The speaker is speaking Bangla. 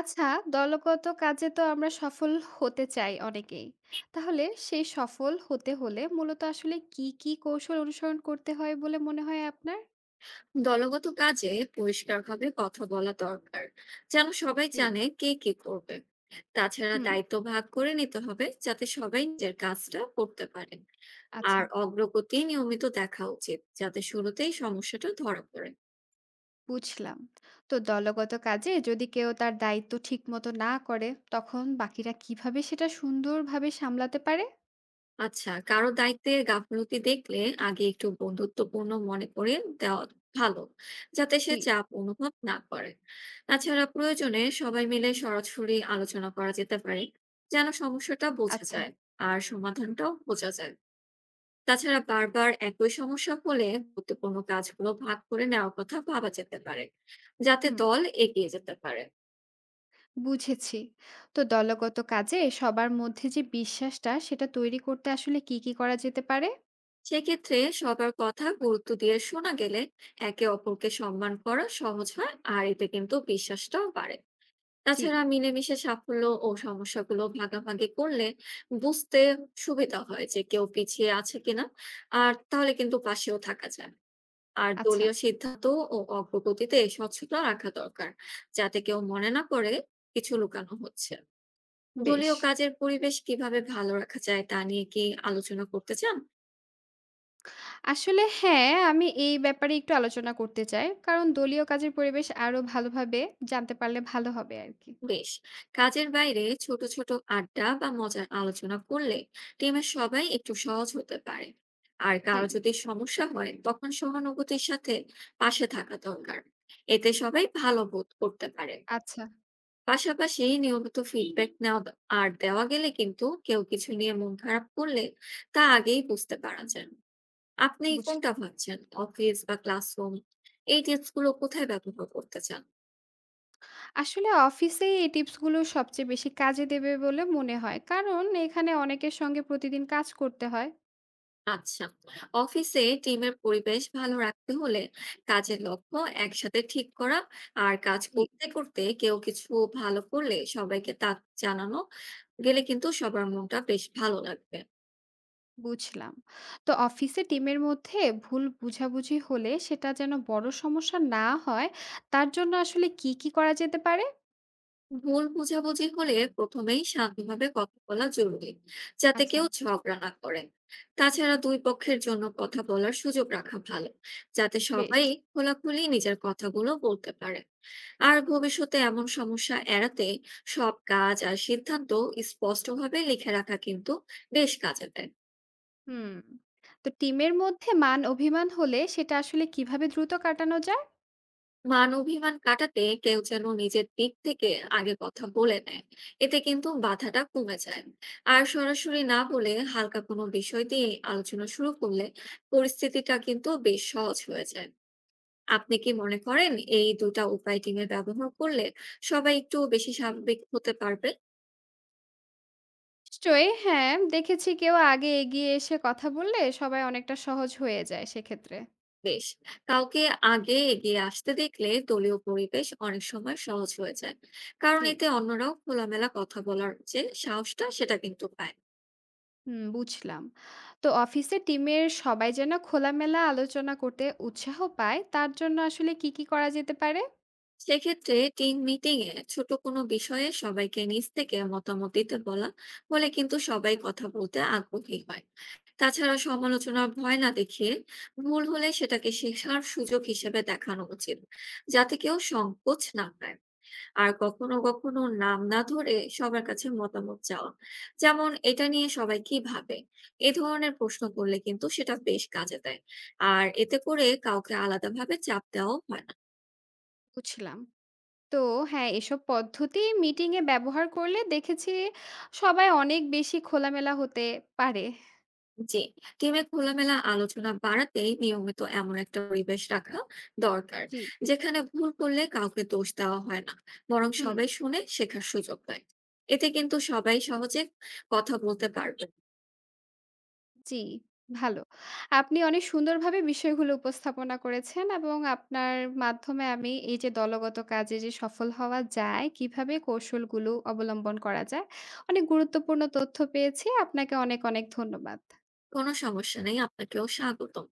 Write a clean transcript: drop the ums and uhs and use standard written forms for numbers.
আচ্ছা, দলগত কাজে তো আমরা সফল হতে চাই অনেকেই। তাহলে সেই সফল হতে হলে মূলত আসলে কি কৌশল অনুসরণ করতে হয় বলে মনে হয় আপনার? দলগত কাজে পরিষ্কারভাবে কথা বলা দরকার যেন সবাই জি, জানে কে কি করবে। তাছাড়া হুম, দায়িত্ব ভাগ করে নিতে হবে যাতে সবাই নিজের কাজটা করতে পারে। আর আচ্ছা অগ্রগতি নিয়মিত দেখা উচিত যাতে শুরুতেই সমস্যাটা ধরা পড়ে। বুঝলাম। তো দলগত কাজে যদি কেউ তার দায়িত্ব ঠিকমতো না করে, তখন বাকিরা কিভাবে সেটা সুন্দরভাবে সামলাতে পারে? আচ্ছা, কারো দায়িত্বে গাফলতি দেখলে আগে একটু বন্ধুত্বপূর্ণ মনে করে দেওয়া ভালো, যাতে সে জি, চাপ অনুভব না করে। তাছাড়া প্রয়োজনে সবাই মিলে সরাসরি আলোচনা করা যেতে পারে যেন সমস্যাটা বোঝা আচ্ছা, যায় আর সমাধানটাও বোঝা যায়। তাছাড়া বারবার একই সমস্যা হলে গুরুত্বপূর্ণ কাজগুলো ভাগ করে নেওয়ার কথা ভাবা যেতে পারে, যাতে হুম, দল এগিয়ে যেতে পারে। বুঝেছি। তো দলগত কাজে সবার মধ্যে যে বিশ্বাসটা, সেটা তৈরি করতে আসলে কি করা যেতে পারে? সেক্ষেত্রে সবার কথা গুরুত্ব দিয়ে শোনা গেলে একে অপরকে সম্মান করা সহজ হয়, আর এতে কিন্তু বিশ্বাসটাও বাড়ে। জি, তাছাড়া মিলেমিশে সাফল্য ও সমস্যাগুলো ভাগাভাগি করলে বুঝতে সুবিধা হয় যে কেউ পিছিয়ে আছে কিনা, আর তাহলে কিন্তু পাশেও থাকা যায়। আর আচ্ছা, দলীয় সিদ্ধান্ত ও অগ্রগতিতে স্বচ্ছতা রাখা দরকার, যাতে কেউ মনে না করে কিছু লুকানো হচ্ছে। বেশ। দলীয় কাজের পরিবেশ কিভাবে ভালো রাখা যায় তা নিয়ে কি আলোচনা করতে চান? আসলে হ্যাঁ, আমি এই ব্যাপারে একটু আলোচনা করতে চাই। কারণ দলীয় কাজের পরিবেশ আরো ভালোভাবে জানতে পারলে ভালো হবে আরকি। বেশ, কাজের বাইরে ছোট ছোট আড্ডা বা মজার আলোচনা করলে টিমের সবাই একটু সহজ হতে পারে। আর জি, কারো যদি সমস্যা হয় তখন সহানুভূতির সাথে পাশে থাকা দরকার, এতে সবাই ভালো বোধ করতে পারে। আচ্ছা পাশাপাশি নিয়মিত ফিডব্যাক নেওয়া আর দেওয়া গেলে কিন্তু কেউ কিছু নিয়ে মন খারাপ করলে তা আগেই বুঝতে পারা যায়। আপনি কোনটা বুঝলাম। ভাবছেন, অফিস বা ক্লাসরুম, এই টিপস গুলো কোথায় ব্যবহার করতে চান? আসলে অফিসেই এই টিপস গুলো সবচেয়ে বেশি কাজে দেবে বলে মনে হয়। কারণ এখানে অনেকের সঙ্গে প্রতিদিন কাজ করতে হয়। আচ্ছা, অফিসে টিমের পরিবেশ ভালো রাখতে হলে কাজের লক্ষ্য একসাথে ঠিক করা, আর কাজ জি, করতে করতে কেউ কিছু ভালো করলে সবাইকে তা জানানো গেলে কিন্তু সবার মনটা বেশ ভালো লাগবে। বুঝলাম। তো অফিসে টিমের মধ্যে ভুল বুঝাবুঝি হলে সেটা যেন বড় সমস্যা না হয়, তার জন্য আসলে কি করা যেতে পারে? ভুল বোঝাবুঝি হলে প্রথমেই শান্তভাবে কথা বলা জরুরি, যাতে আচ্ছা, কেউ ঝগড়া না করে। তাছাড়া দুই পক্ষের জন্য কথা বলার সুযোগ রাখা ভালো, যাতে বেশ। সবাই খোলাখুলি নিজের কথাগুলো বলতে পারে। আর ভবিষ্যতে এমন সমস্যা এড়াতে সব কাজ আর সিদ্ধান্ত স্পষ্টভাবে লিখে রাখা কিন্তু বেশ কাজে দেয়। হুম। তো টিমের মধ্যে মান অভিমান হলে সেটা আসলে কিভাবে দ্রুত কাটানো যায়? মান অভিমান কাটাতে কেউ যেন নিজের দিক থেকে আগে কথা বলে নেয়, এতে কিন্তু বাধাটা কমে যায়। আর সরাসরি না বলে হালকা কোনো বিষয় দিয়ে আলোচনা শুরু করলে পরিস্থিতিটা কিন্তু বেশ সহজ হয়ে যায়। আপনি কি মনে করেন এই দুটা উপায় টিমে ব্যবহার করলে সবাই একটু বেশি স্বাভাবিক হতে পারবে? নিশ্চয়ই হ্যাঁ, দেখেছি কেউ আগে এগিয়ে এসে কথা বললে সবাই অনেকটা সহজ হয়ে যায় সেক্ষেত্রে। বেশ, কাউকে আগে এগিয়ে আসতে দেখলে দলীয় পরিবেশ অনেক সময় সহজ হয়ে যায়, কারণ জি, এতে অন্যরাও খোলামেলা কথা বলার যে সাহসটা সেটা কিন্তু পায়। হুম বুঝলাম। তো অফিসে টিমের সবাই যেন খোলামেলা আলোচনা করতে উৎসাহ পায় তার জন্য আসলে কি করা যেতে পারে? সেক্ষেত্রে টিম মিটিং এ ছোট কোনো বিষয়ে সবাইকে নিজ থেকে মতামত দিতে বলা হলে কিন্তু সবাই কথা বলতে আগ্রহী হয়। তাছাড়া সমালোচনার ভয় না দেখিয়ে ভুল হলে সেটাকে শেখার সুযোগ হিসেবে দেখানো উচিত, যাতে কেউ সংকোচ না পায়। আর কখনো কখনো নাম না ধরে সবার কাছে মতামত চাওয়া, যেমন এটা নিয়ে সবাই কি ভাবে, এ ধরনের প্রশ্ন করলে কিন্তু সেটা বেশ কাজে দেয়, আর এতে করে কাউকে আলাদাভাবে চাপ দেওয়াও হয় না। বুঝলাম। তো হ্যাঁ, এসব পদ্ধতি মিটিংয়ে ব্যবহার করলে দেখেছি সবাই অনেক বেশি খোলামেলা হতে পারে। জি, টিমে খোলামেলা আলোচনা বাড়াতেই নিয়মিত এমন একটা পরিবেশ রাখা দরকার, জি, যেখানে ভুল করলে কাউকে দোষ দেওয়া হয় না, বরং হুম। সবাই শুনে শেখার সুযোগ পায়। এতে কিন্তু সবাই সহজে কথা বলতে পারবে। জি, ভালো। আপনি অনেক সুন্দরভাবে বিষয়গুলো উপস্থাপনা করেছেন এবং আপনার মাধ্যমে আমি এই যে দলগত কাজে যে সফল হওয়া যায়, কিভাবে কৌশলগুলো অবলম্বন করা যায়, অনেক গুরুত্বপূর্ণ তথ্য পেয়েছি। আপনাকে অনেক ধন্যবাদ। কোনো সমস্যা নেই, আপনাকেও স্বাগতম।